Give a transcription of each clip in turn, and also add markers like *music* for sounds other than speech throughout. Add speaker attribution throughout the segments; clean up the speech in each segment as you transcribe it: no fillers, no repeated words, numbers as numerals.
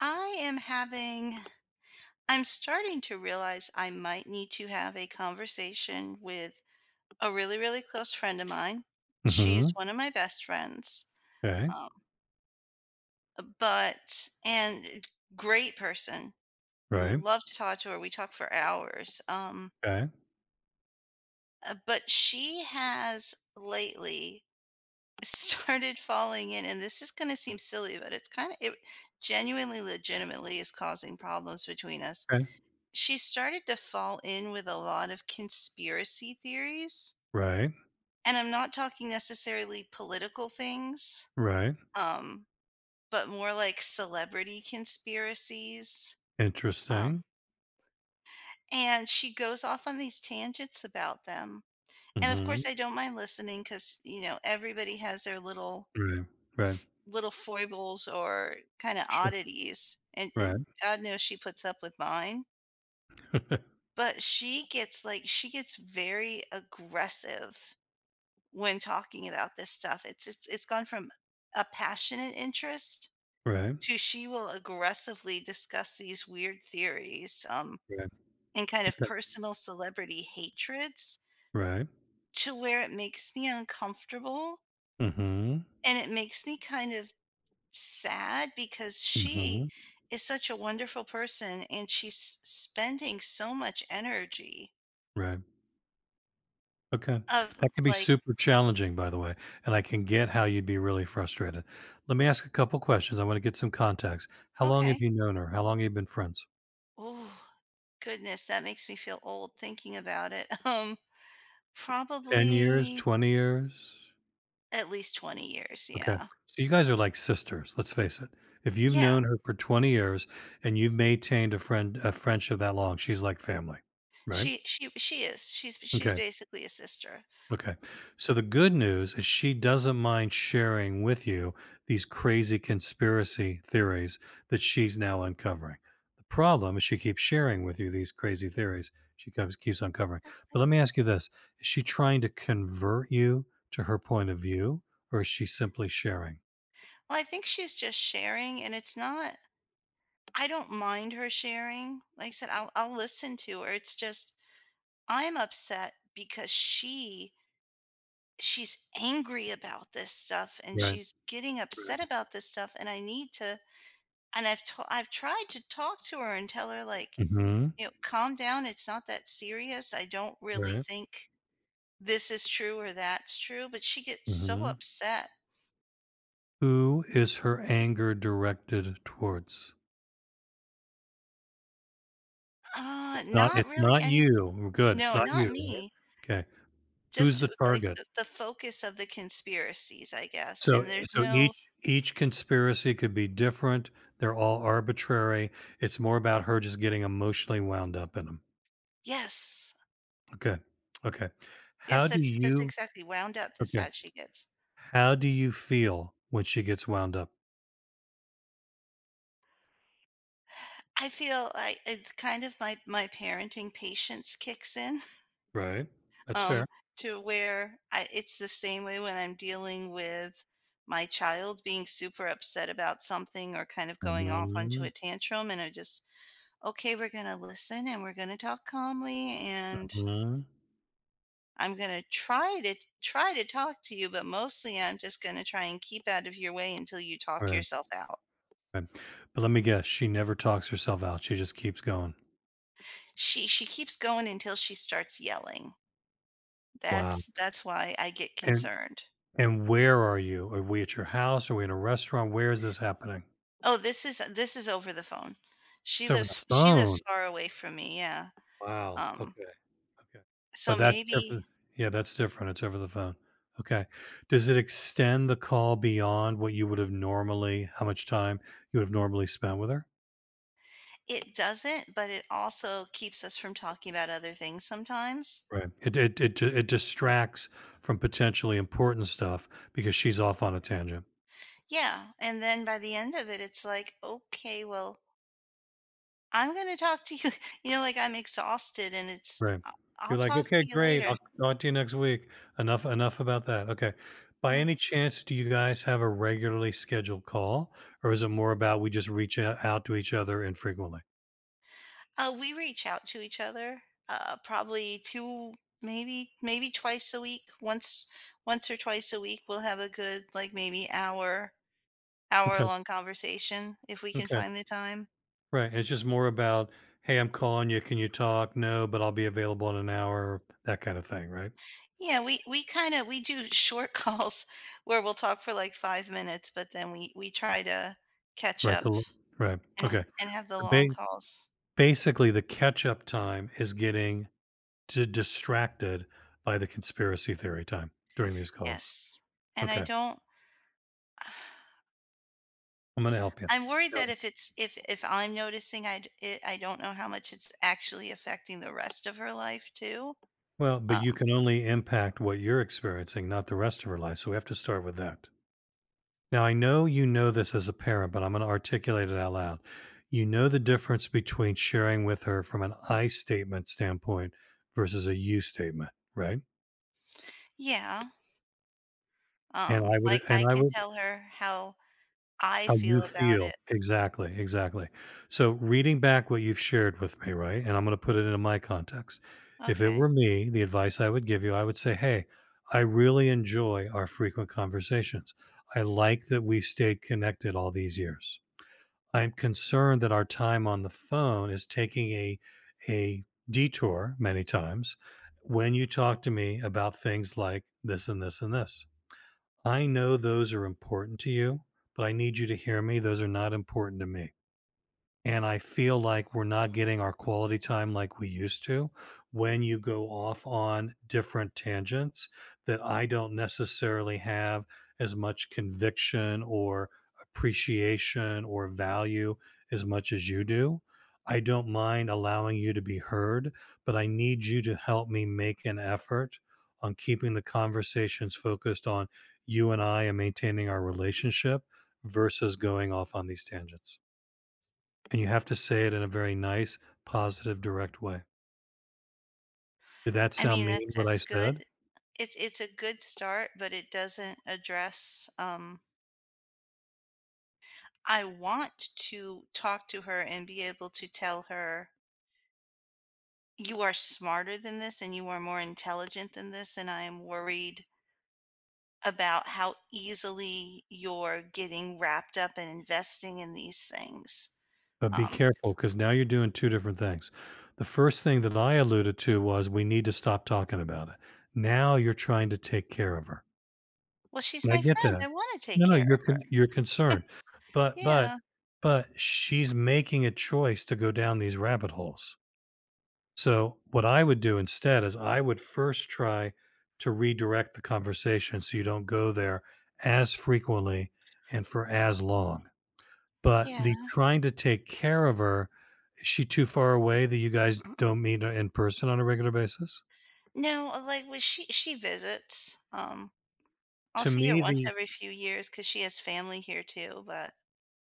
Speaker 1: I am having, I'm starting to realize I might need to have a conversation with a really, really close friend of mine. She's
Speaker 2: Hmm.
Speaker 1: one of my best friends, um, and great person.
Speaker 2: Okay.
Speaker 1: Love to talk to her. We talk for hours. But she has lately *laughs* started falling in, and this is going to seem silly, but it genuinely, legitimately is causing problems between us.
Speaker 2: Right. Okay. Okay.
Speaker 1: She started to fall in with a lot of conspiracy theories.
Speaker 2: Right.
Speaker 1: And I'm not talking necessarily political things,
Speaker 2: Right.
Speaker 1: um, but more like celebrity conspiracies. Um,
Speaker 2: Interesting.
Speaker 1: and she goes off on these tangents about them. And of
Speaker 2: Mhm.
Speaker 1: course, I don't mind listening because, you know, everybody has their little
Speaker 2: Right. Right.
Speaker 1: little foibles or kind of
Speaker 2: Sure.
Speaker 1: oddities. And
Speaker 2: Right.
Speaker 1: God knows she puts up with mine.
Speaker 2: *laughs*
Speaker 1: But she gets very aggressive when talking about this stuff. It's gone from a passionate interest
Speaker 2: Right.
Speaker 1: to she will aggressively discuss these weird theories
Speaker 2: Right.
Speaker 1: and kind of
Speaker 2: Okay.
Speaker 1: personal celebrity hatreds
Speaker 2: Right.
Speaker 1: to where it makes me uncomfortable
Speaker 2: Mhm.
Speaker 1: and it makes me kind of sad because she
Speaker 2: Mhm.
Speaker 1: is such a wonderful person and she's spending so much energy
Speaker 2: Right. Okay.
Speaker 1: of
Speaker 2: That can be
Speaker 1: like.
Speaker 2: super challenging, by the way, and I can get how you'd be really frustrated. Let me ask a couple questions. I wanna get some context. How long have
Speaker 1: Okay.
Speaker 2: you known her? How long have you been friends?
Speaker 1: Oh, goodness, that makes me feel old thinking about it *laughs*
Speaker 2: 10 years?
Speaker 1: Probably
Speaker 2: 20 years?
Speaker 1: at least 20 years,
Speaker 2: Okay.
Speaker 1: yeah.
Speaker 2: So you guys are like sisters, let's face it. If you've
Speaker 1: Yeah,
Speaker 2: known her for 20 years and you've maintained a friendship that long, she's like family, right?
Speaker 1: she is. She's
Speaker 2: Okay.
Speaker 1: basically a sister.
Speaker 2: Okay. So the good news is she doesn't mind sharing with you these crazy conspiracy theories that she's now uncovering. The problem is she keeps sharing with you these crazy theories she keeps uncovering. But
Speaker 1: Eh,
Speaker 2: let me ask you this, is she trying to convert you to her point of view or is she simply sharing?
Speaker 1: Well, I think she's just sharing, and it's not. I don't mind her sharing. Like I said, I'll listen to her. It's just I'm upset because she's angry about this stuff, and
Speaker 2: Right.
Speaker 1: she's getting
Speaker 2: Right.
Speaker 1: upset about this stuff, and I need to. And I've tried to talk to her and tell her, like,
Speaker 2: Mhm.
Speaker 1: you know, "Calm down, it's not that serious. I don't really
Speaker 2: Right.
Speaker 1: think this is true or that's true," but she gets so
Speaker 2: Mhm.
Speaker 1: upset.
Speaker 2: Who is her anger directed towards? It's not
Speaker 1: Not
Speaker 2: it's
Speaker 1: really
Speaker 2: not
Speaker 1: any.
Speaker 2: you. We're good. It's
Speaker 1: No,
Speaker 2: not
Speaker 1: not
Speaker 2: you, right?
Speaker 1: me.
Speaker 2: Okay. Who's
Speaker 1: Just,
Speaker 2: the
Speaker 1: like,
Speaker 2: target?
Speaker 1: the focus of the conspiracies, I guess,
Speaker 2: So
Speaker 1: and there's
Speaker 2: so
Speaker 1: no.
Speaker 2: each conspiracy could be different. They're all arbitrary. It's more about her just getting emotionally wound up in them.
Speaker 1: Yes.
Speaker 2: Okay. Okay. How
Speaker 1: Yes,
Speaker 2: do
Speaker 1: that's
Speaker 2: you
Speaker 1: exactly wound up is
Speaker 2: Okay.
Speaker 1: how she gets.
Speaker 2: How do you feel when she gets wound up?
Speaker 1: I, it's kind of my parenting patience kicks in.
Speaker 2: Right? That's
Speaker 1: um,
Speaker 2: fair.
Speaker 1: to where it's the same way when I'm dealing with my child being super upset about something or kind of going off onto a
Speaker 2: Mhm.
Speaker 1: tantrum, and I just, okay, we're going to listen and we're going to talk calmly and
Speaker 2: Mhm.
Speaker 1: I'm going to try to talk to you, but mostly I'm just going to try and keep out of your way until you
Speaker 2: All
Speaker 1: talk
Speaker 2: right.
Speaker 1: yourself out.
Speaker 2: Right. But let me guess, she never talks herself out, she just keeps going.
Speaker 1: She keeps going until she starts yelling.
Speaker 2: Wow.
Speaker 1: That's why I get
Speaker 2: And
Speaker 1: concerned.
Speaker 2: and where are you? Are we at your house? Are we in a restaurant? Where is this happening?
Speaker 1: Oh, this is over the phone. She
Speaker 2: It's over the
Speaker 1: lives she lives
Speaker 2: phone.
Speaker 1: far away from me, yeah.
Speaker 2: Wow,
Speaker 1: Um,
Speaker 2: okay, okay.
Speaker 1: so
Speaker 2: But that's
Speaker 1: maybe
Speaker 2: different yeah, that's different, it's over the phone. Okay. Does it extend the call beyond what you would have normally how much time you would have normally spent with her?
Speaker 1: It doesn't, but it also keeps us from talking about other things sometimes.
Speaker 2: Right. It distracts from potentially important stuff because she's off on a tangent.
Speaker 1: Yeah, and then by the end of it, it's like, "Okay, well, I'm gonna talk to you." *laughs* You know, like, I'm exhausted and it's,
Speaker 2: Right.
Speaker 1: "I I'll
Speaker 2: You're like,
Speaker 1: talk
Speaker 2: "Okay,
Speaker 1: to you
Speaker 2: great.
Speaker 1: later."
Speaker 2: I'll talk to you next week. Enough about that." Okay. By
Speaker 1: Yeah.
Speaker 2: any chance, do you guys have a regularly scheduled call, or is it more about we just reach o out to each other infrequently?
Speaker 1: We reach out to each other, probably two, maybe twice a week. Once or twice a week, we'll have a good like maybe hour
Speaker 2: Okay,
Speaker 1: long conversation if we can
Speaker 2: okay.
Speaker 1: find the time.
Speaker 2: Right, it's just more about, "Hey, I'm calling you. Can you talk?" "No, but I'll be available in an hour," that kind of thing, right?
Speaker 1: Yeah, we kind of we do short *laughs* calls where we'll talk for like 5 minutes, but then we try to catch
Speaker 2: Right,
Speaker 1: up
Speaker 2: the l right.
Speaker 1: and ha-
Speaker 2: Okay.
Speaker 1: and have the
Speaker 2: So, ba
Speaker 1: long calls.
Speaker 2: basically, the catch-up time is getting d distracted by the conspiracy theory time during these calls.
Speaker 1: Yes, and I
Speaker 2: Okay.
Speaker 1: don't. *sighs*
Speaker 2: I'm gonna help you.
Speaker 1: I'm worried that
Speaker 2: No.
Speaker 1: if it's if I'm noticing, I don't know how much it's actually affecting the rest of her life too.
Speaker 2: Well, but you
Speaker 1: Um,
Speaker 2: can only impact what you're experiencing, not the rest of her life. So we have to start with that. Now, I know you know this as a parent, but I'm going to articulate it out loud. You know the difference between sharing with her from an I statement standpoint versus a you statement, right?
Speaker 1: yeah.
Speaker 2: And I would,
Speaker 1: Like, I
Speaker 2: and I
Speaker 1: can
Speaker 2: would,
Speaker 1: tell her how I
Speaker 2: how
Speaker 1: feel
Speaker 2: you
Speaker 1: about
Speaker 2: feel.
Speaker 1: it.
Speaker 2: Exactly, exactly. So reading back what you've shared with me, right? And I'm going to put it into my context. If it
Speaker 1: Okay.
Speaker 2: were me, the advice I would give you, I would say, hey, I really enjoy our frequent conversations. I like that we've stayed connected all these years. I'm concerned that our time on the phone is taking a detour many times when you talk to me about things like this and this and this. I know those are important to you, but I need you to hear me. Those are not important to me and I feel like we're not getting our quality time like we used to when you go off on different tangents that I don't necessarily have as much conviction or appreciation or value as much as you do. I don't mind allowing you to be heard, but I need you to help me make an effort on keeping the conversations focused on you and I and maintaining our relationship versus going off on these tangents. And you have to say it in a very nice, positive, direct way. Did that
Speaker 1: I
Speaker 2: sound
Speaker 1: mean
Speaker 2: mean
Speaker 1: that's
Speaker 2: what I
Speaker 1: that's good.
Speaker 2: said?
Speaker 1: It's a good start, but it doesn't address. I want to talk to her and be able to tell her you are smarter than this and you are more intelligent than this, and I am worried about how easily you're getting wrapped up and investing in these things.
Speaker 2: But be
Speaker 1: Um,
Speaker 2: careful because now you're doing two different things. The first thing that I alluded to was we need to stop talking about it. Now you're trying to take care of her.
Speaker 1: "Well, she's
Speaker 2: And I
Speaker 1: my
Speaker 2: get
Speaker 1: friend,
Speaker 2: that.
Speaker 1: I wanna take
Speaker 2: No, no,
Speaker 1: care of her."
Speaker 2: you're concerned. But but
Speaker 1: Yeah,
Speaker 2: but she's making a choice to go down these rabbit holes. So what I would do instead is I would first try to redirect the conversation so you don't go there as frequently and for as long. But the
Speaker 1: yeah.
Speaker 2: trying to take care of her, is she too far away that you guys don't meet in person on a regular basis?
Speaker 1: No, like, when she visits, I'll
Speaker 2: To
Speaker 1: see her
Speaker 2: me,
Speaker 1: once
Speaker 2: the
Speaker 1: every few years because she has family here too, but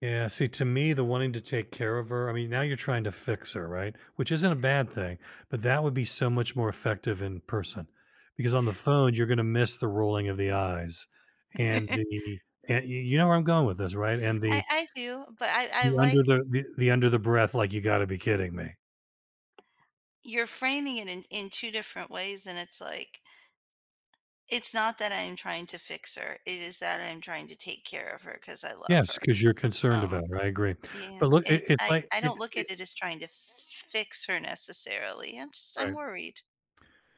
Speaker 2: Yeah, see, to me, the wanting to take care of her, I mean, now you're trying to fix her, right? Which isn't a bad thing, but that would be so much more effective in person because on the phone, you're going to miss the rolling of the eyes and
Speaker 1: *laughs*
Speaker 2: the, and you know where I'm going with this, right? And
Speaker 1: I
Speaker 2: the,
Speaker 1: I do, but I
Speaker 2: the
Speaker 1: like
Speaker 2: under the under the breath, like, you got to be kidding me.
Speaker 1: you're framing it in 2 different ways, and it's like, it's not that I'm trying to fix her, it is that I'm trying to take care of her because I love
Speaker 2: Yes,
Speaker 1: her,
Speaker 2: because you're concerned
Speaker 1: um
Speaker 2: about her. I agree. But
Speaker 1: Yeah,
Speaker 2: look, it,
Speaker 1: it's
Speaker 2: it's like,
Speaker 1: I don't look at it as trying to fix her necessarily. I'm
Speaker 2: right.
Speaker 1: worried.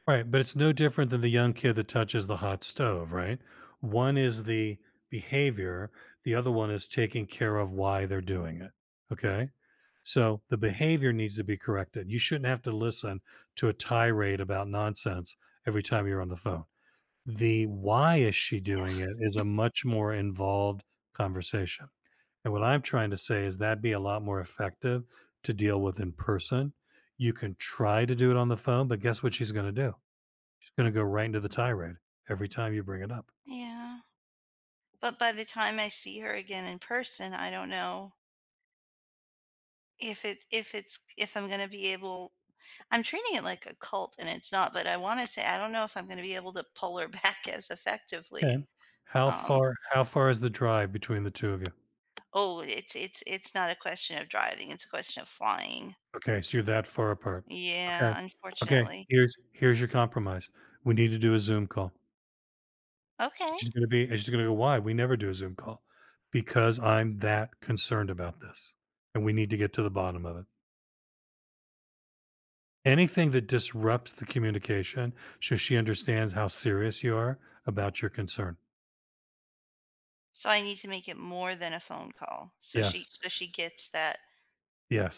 Speaker 2: Right, but it's no different than the young kid that touches the hot stove, right? One is the behavior, the other one is taking care of why they're doing it. Okay? So the behavior needs to be corrected. You shouldn't have to listen to a tirade about nonsense every time you're on the phone. The why is she
Speaker 1: Yeah.
Speaker 2: doing it is a much more involved conversation. And what I'm trying to say is that'd be a lot more effective to deal with in person. You can try to do it on the phone, but guess what she's going to do? Gonna go right into the tirade every time you bring it up.
Speaker 1: Yeah. But by the time I see her again in person, I don't know if it if it's if I'm going to be able. I'm treating it like a cult and it's not, but I want to say I don't know if I'm going to be able to pull her back *laughs* as effectively.
Speaker 2: Okay. How
Speaker 1: Um
Speaker 2: far how far is the drive between the 2 of you?
Speaker 1: oh, it's not a question of driving, it's a question of flying.
Speaker 2: Okay, so you're that far apart. Okay.
Speaker 1: Yeah,
Speaker 2: Okay,
Speaker 1: unfortunately.
Speaker 2: here's your compromise. We need to do a Zoom call. And
Speaker 1: Okay.
Speaker 2: She's gonna be and she's gonna go, why? We never do a Zoom call. Because I'm that concerned about this. And we need to get to the bottom of it. Anything that disrupts the communication, so she understands how serious you are about your concern.
Speaker 1: So I need to make it more than a phone call. So she
Speaker 2: Yes.
Speaker 1: so she gets that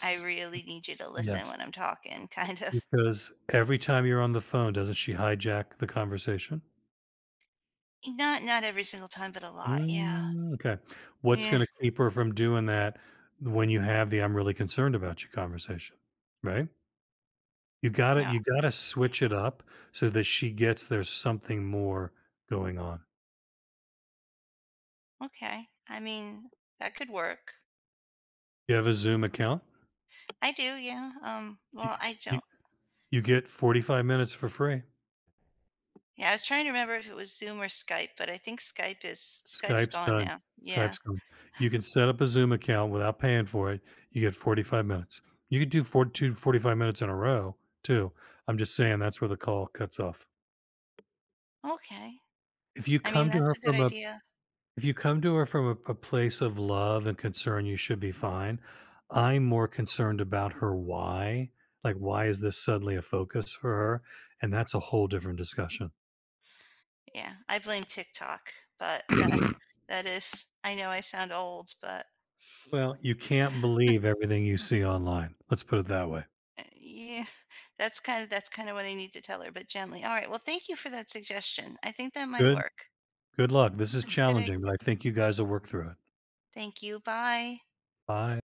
Speaker 1: I really need you to listen
Speaker 2: Yes.
Speaker 1: when I'm talking *laughs* kind of.
Speaker 2: Because every time you're on the phone, doesn't she hijack the conversation?
Speaker 1: Not every single time, but a lot. Yeah.
Speaker 2: Mm, okay. What's
Speaker 1: Yeah.
Speaker 2: gonna keep her from doing that when you have the "I'm really concerned about you" conversation, right? You gotta
Speaker 1: Yeah.
Speaker 2: you gotta switch it up so that she gets there's something more going on.
Speaker 1: Okay. I mean, that could work.
Speaker 2: You have a Zoom account?
Speaker 1: I do, yeah.
Speaker 2: You
Speaker 1: Well, I
Speaker 2: you
Speaker 1: don't.
Speaker 2: you get 45 minutes for free.
Speaker 1: Yeah, I was trying to remember if it was Zoom or Skype, but I think Skype's
Speaker 2: Skype's
Speaker 1: gone
Speaker 2: done.
Speaker 1: now. Yeah.
Speaker 2: Skype's gone. You can set up a Zoom account without paying for it. You get 45 minutes. You could do 42, 45 minutes in a row too. I'm just saying that's where the call cuts off.
Speaker 1: Okay.
Speaker 2: If you
Speaker 1: I mean,
Speaker 2: come to
Speaker 1: that's
Speaker 2: her
Speaker 1: a good
Speaker 2: from a
Speaker 1: idea.
Speaker 2: If you come to her from a place of love and concern, you should be fine. I'm more concerned about her why. Like why is this suddenly a focus for her? And that's a whole different discussion. *coughs*
Speaker 1: Yeah. I blame TikTok, but that
Speaker 2: *clears throat*
Speaker 1: that is. I know I sound old, but.
Speaker 2: Well, you can't believe everything you see online. Let's put it that way.
Speaker 1: Yeah, *laughs* that's kind of what I need to tell her, but gently. All right. Well, thank you for that suggestion. I think that might
Speaker 2: Good
Speaker 1: work.
Speaker 2: Good luck. This is
Speaker 1: That's a good
Speaker 2: challenging,
Speaker 1: idea.
Speaker 2: but I think you guys will work through it.
Speaker 1: Thank you. Bye.
Speaker 2: Bye.